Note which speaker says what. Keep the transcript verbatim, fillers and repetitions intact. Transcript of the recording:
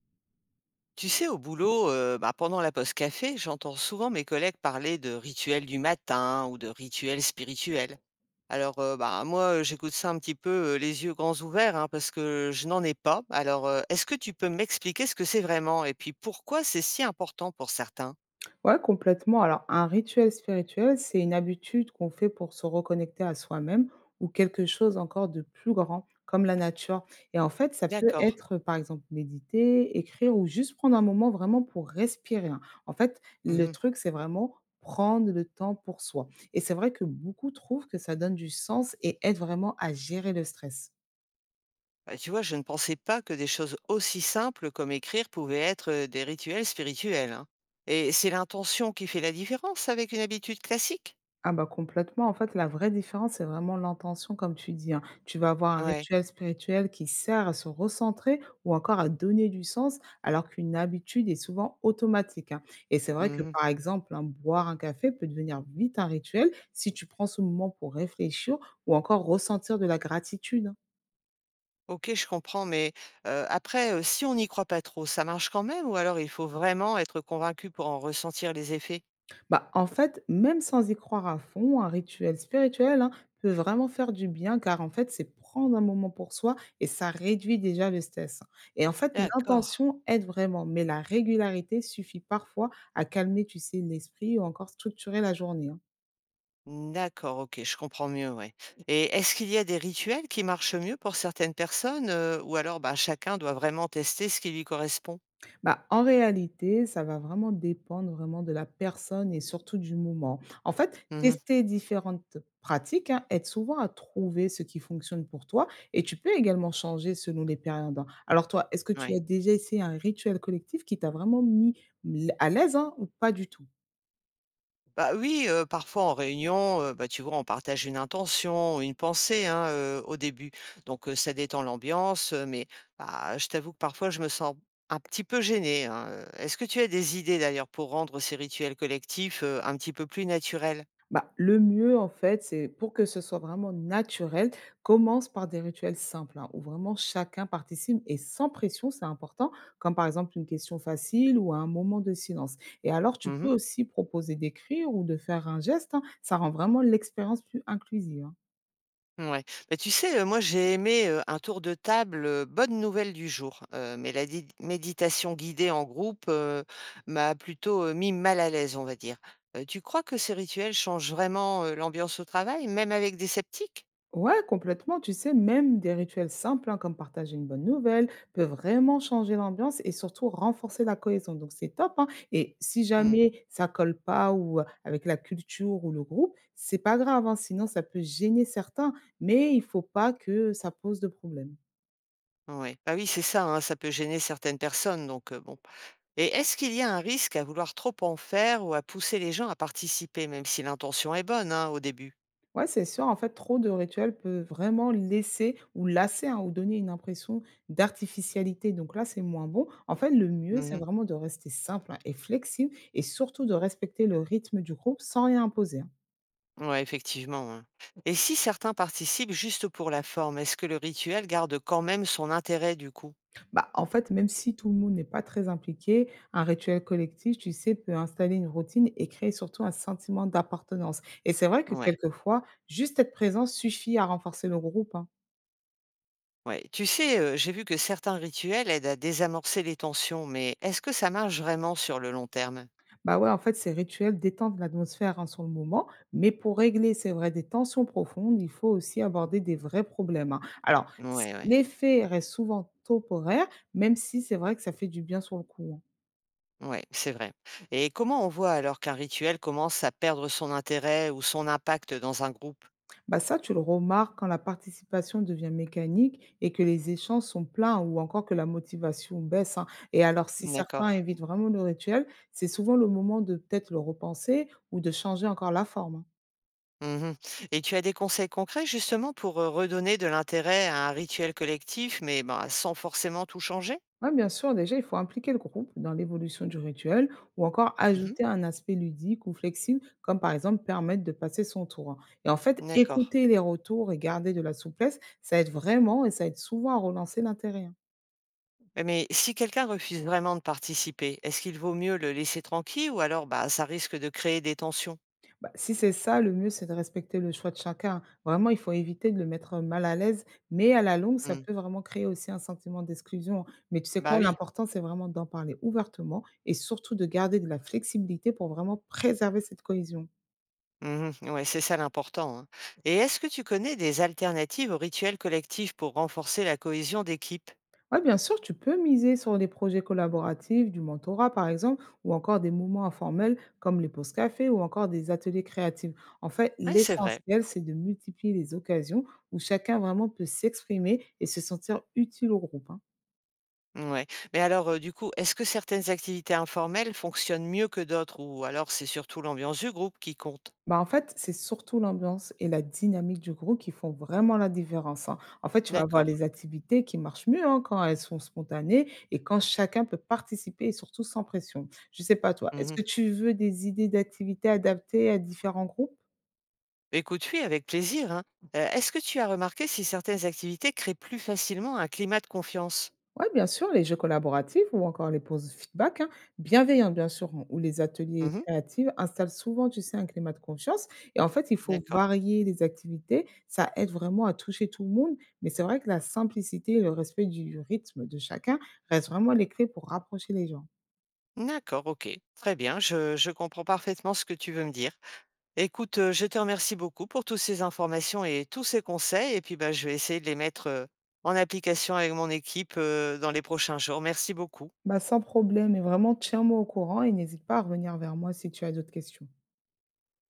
Speaker 1: Tu sais, au boulot, euh, bah, pendant la pause café, j'entends souvent mes collègues parler de rituels du matin ou de rituels spirituels. Alors, euh, bah, moi, euh, j'écoute ça un petit peu euh, les yeux grands ouverts hein, parce que je n'en ai pas. Alors, euh, est-ce que tu peux m'expliquer ce que c'est vraiment et puis pourquoi c'est si important pour certains?
Speaker 2: Ouais, complètement. Alors, un rituel spirituel, c'est une habitude qu'on fait pour se reconnecter à soi-même ou quelque chose encore de plus grand, comme la nature. Et en fait, ça peut
Speaker 1: D'accord.
Speaker 2: être, euh, par exemple, méditer, écrire ou juste prendre un moment vraiment pour respirer, hein. En fait, le
Speaker 1: Mhm.
Speaker 2: truc, c'est vraiment prendre le temps pour soi. Et c'est vrai que beaucoup trouvent que ça donne du sens et aide vraiment à gérer le stress.
Speaker 1: Bah, tu vois, je ne pensais pas que des choses aussi simples comme écrire pouvaient être euh, des rituels spirituels, hein. Et c'est l'intention qui fait la différence avec une habitude classique?
Speaker 2: Ah bah complètement. En fait, la vraie différence, c'est vraiment l'intention, comme tu dis, hein. Tu vas avoir un
Speaker 1: Ouais.
Speaker 2: rituel spirituel qui sert à se recentrer ou encore à donner du sens, alors qu'une habitude est souvent automatique, hein. Et c'est vrai que, par exemple, hein, boire un café peut devenir vite un rituel si tu prends ce moment pour réfléchir ou encore ressentir de la gratitude, hein.
Speaker 1: OK, je comprends, mais heu, après, heu, si on n'y croit pas trop, ça marche quand même ou alors il faut vraiment être convaincu pour en ressentir les effets?
Speaker 2: Bah, en fait, même sans y croire à fond, un rituel spirituel, hein, peut vraiment faire du bien car en fait, c'est prendre un moment pour soi et ça réduit déjà le stress. Et en fait,
Speaker 1: D'accord,
Speaker 2: l'intention aide vraiment, mais la régularité suffit parfois à calmer, tu sais, l'esprit ou encore structurer la journée, hein.
Speaker 1: d'accord, OK, je comprends mieux, ouais. Et est-ce qu'il y a des rituels qui marchent mieux pour certaines personnes, heu, ou alors, bah, chacun doit vraiment tester ce qui lui correspond?
Speaker 2: Bah, en réalité, ça va vraiment dépendre vraiment de la personne et surtout du moment. En fait,
Speaker 1: Mmh,
Speaker 2: tester différentes pratiques, hein, aide souvent à trouver ce qui fonctionne pour toi et tu peux également changer selon les périodes, hein. Alors toi, est-ce que tu
Speaker 1: ouais.
Speaker 2: as déjà essayé un rituel collectif qui t'a vraiment mis l- à l'aise, hein, ou pas du tout?
Speaker 1: Bah oui, heu, parfois en réunion, heu, bah, tu vois, on partage une intention, une pensée, hein, heu, au début. Donc heu, ça détend l'ambiance, heu, mais bah, je t'avoue que parfois je me sens un petit peu gênée, hein, heu. Est-ce que tu as des idées d'ailleurs pour rendre ces rituels collectifs, heu, un petit peu plus naturels?
Speaker 2: Bah, le mieux, en fait, c'est pour que ce soit vraiment naturel, commence par des rituels simples, hein, où vraiment chacun participe et sans pression, c'est important, comme par exemple une question facile ou un moment de silence. Et alors, tu peux
Speaker 1: Mmh.
Speaker 2: aussi proposer d'écrire ou de faire un geste, hein, ça rend vraiment l'expérience plus inclusive, hein.
Speaker 1: Ouais. Bah, tu sais, heu, moi, j'ai aimé, heu, un tour de table, heu, bonnes nouvelles du jour, heu, mais la di méditation guidée en groupe, heu, m'a plutôt, heu, mis mal à l'aise, on va dire. Heu, tu crois que ces rituels changent vraiment, heu, l'ambiance au travail, même avec des sceptiques?
Speaker 2: Ouais, complètement. Tu sais, même des rituels simples, hein, comme partager une bonne nouvelle, peuvent vraiment changer l'ambiance et surtout renforcer la cohésion. Donc, c'est top, hein. Et si
Speaker 1: Mmh.
Speaker 2: jamais ça colle pas ou euh, avec la culture ou le groupe, c'est pas grave, hein. Sinon, ça peut gêner certains. Mais il faut pas que ça pose de problème.
Speaker 1: Ouais. Bah, oui, c'est ça, hein, ça peut gêner certaines personnes, donc heu, bon. Et est-ce qu'il y a un risque à vouloir trop en faire ou à pousser les gens à participer, même si l'intention est bonne, hein, au début?
Speaker 2: Ouais, c'est sûr, en fait, trop de rituels peut vraiment laisser ou lasser, hein, ou donner une impression d'artificialité. Donc là, c'est moins bon. En fait, le mieux, c'est
Speaker 1: Mmh.
Speaker 2: vraiment de rester simple, hein, et flexible et surtout de respecter le rythme du groupe sans rien imposer, hein.
Speaker 1: Ouais, effectivement, hein. Et si certains participent juste pour la forme, est-ce que le rituel garde quand même son intérêt du coup?
Speaker 2: Bah, en fait, même si tout le monde n'est pas très impliqué, un rituel collectif, tu sais, peut installer une routine et créer surtout un sentiment d'appartenance. Et c'est vrai que
Speaker 1: Ouais,
Speaker 2: quelquefois, juste être présent suffit à renforcer le groupe, hein.
Speaker 1: ouais. Tu sais, euh, j'ai vu que certains rituels aident à désamorcer les tensions, mais est-ce que ça marche vraiment sur le long terme?
Speaker 2: Bah, ouais, en fait, ces rituels détendent l'atmosphère, hein, sur le moment, mais pour régler, c'est vrai, des tensions profondes, il faut aussi aborder des vrais problèmes, hein. Alors, s
Speaker 1: Ouais, ouais,
Speaker 2: l'effet reste souvent temporaire, même si c'est vrai que ça fait du bien sur le coup, hein.
Speaker 1: ouais, c'est vrai. Et comment on voit alors qu'un rituel commence à perdre son intérêt ou son impact dans un groupe?
Speaker 2: Bah, ça, tu le remarques quand la participation devient mécanique et que les échanges sont pleins ou encore que la motivation baisse, hein. Et alors, si certains
Speaker 1: D'accord.
Speaker 2: évitent vraiment le rituel, c'est souvent le moment de peut-être le repenser ou de changer encore la forme, hein.
Speaker 1: Mhm. Et tu as des conseils concrets justement pour euh, redonner de l'intérêt à un rituel collectif, mais bah, sans forcément tout changer?
Speaker 2: Ouais, bien sûr, déjà, il faut impliquer le groupe dans l'évolution du rituel ou encore ajouter un aspect ludique ou flexible, comme par exemple permettre de passer son tour, hein. Et en fait,
Speaker 1: D'accord.
Speaker 2: écouter les retours et garder de la souplesse, ça aide vraiment et ça aide souvent à relancer l'intérêt, hein.
Speaker 1: Et mais si quelqu'un refuse vraiment de participer, est-ce qu'il vaut mieux le laisser tranquille ou alors bah, ça risque de créer des tensions?
Speaker 2: Bah, si c'est ça, le mieux, c'est de respecter le choix de chacun, hein. Vraiment, il faut éviter de le mettre mal à l'aise, mais à la longue, ça
Speaker 1: Mm.
Speaker 2: peut vraiment créer aussi un sentiment d'exclusion, hein. Mais tu sais
Speaker 1: Bah
Speaker 2: quoi,
Speaker 1: oui.
Speaker 2: l'important, c'est vraiment d'en parler ouvertement et surtout de garder de la flexibilité pour vraiment préserver cette cohésion.
Speaker 1: Mhm. Ouais, c'est ça l'important, hein. Et est-ce que tu connais des alternatives aux rituels collectifs pour renforcer la cohésion d'équipe?
Speaker 2: Ouais, bien sûr, tu peux miser sur des projets collaboratifs, du mentorat par exemple, ou encore des moments informels comme les pauses café ou encore des ateliers créatifs. En fait,
Speaker 1: Oui, c'est vrai.
Speaker 2: l'essentiel, c'est de multiplier les occasions où chacun vraiment peut s'exprimer et se sentir utile au groupe, hein.
Speaker 1: Ouais. Mais alors, euh, du coup, est-ce que certaines activités informelles fonctionnent mieux que d'autres ou alors c'est surtout l'ambiance du groupe qui compte?
Speaker 2: Bah, en fait, c'est surtout l'ambiance et la dynamique du groupe qui font vraiment la différence, hein. En fait, tu vas avoir
Speaker 1: D'accord.
Speaker 2: les activités qui marchent mieux, hein, quand elles sont spontanées et quand chacun peut participer et surtout sans pression. Je sais pas toi, est-ce
Speaker 1: Mhm.
Speaker 2: que tu veux des idées d'activités adaptées à différents groupes?
Speaker 1: Écoute, oui, avec plaisir, hein. Heu, est-ce que tu as remarqué si certaines activités créent plus facilement un climat de confiance?
Speaker 2: Oui, bien sûr, les jeux collaboratifs ou encore les pauses feedback, hein, bienveillantes bien sûr, hein, ou les ateliers
Speaker 1: Mmh,
Speaker 2: créatifs installent souvent, tu sais, un climat de confiance. Et en fait, il faut
Speaker 1: d'accord.
Speaker 2: varier les activités. Ça aide vraiment à toucher tout le monde. Mais c'est vrai que la simplicité et le respect du rythme de chacun restent vraiment les clés pour rapprocher les gens.
Speaker 1: D'accord, OK. Très bien, je je comprends parfaitement ce que tu veux me dire. Écoute, heu, je te remercie beaucoup pour toutes ces informations et tous ces conseils et puis, bah, je vais essayer de les mettre, heu, en application avec mon équipe, heu, dans les prochains jours. Merci beaucoup.
Speaker 2: Bah, sans problème, et vraiment, tiens-moi au courant et n'hésite pas à revenir vers moi si tu as d'autres questions.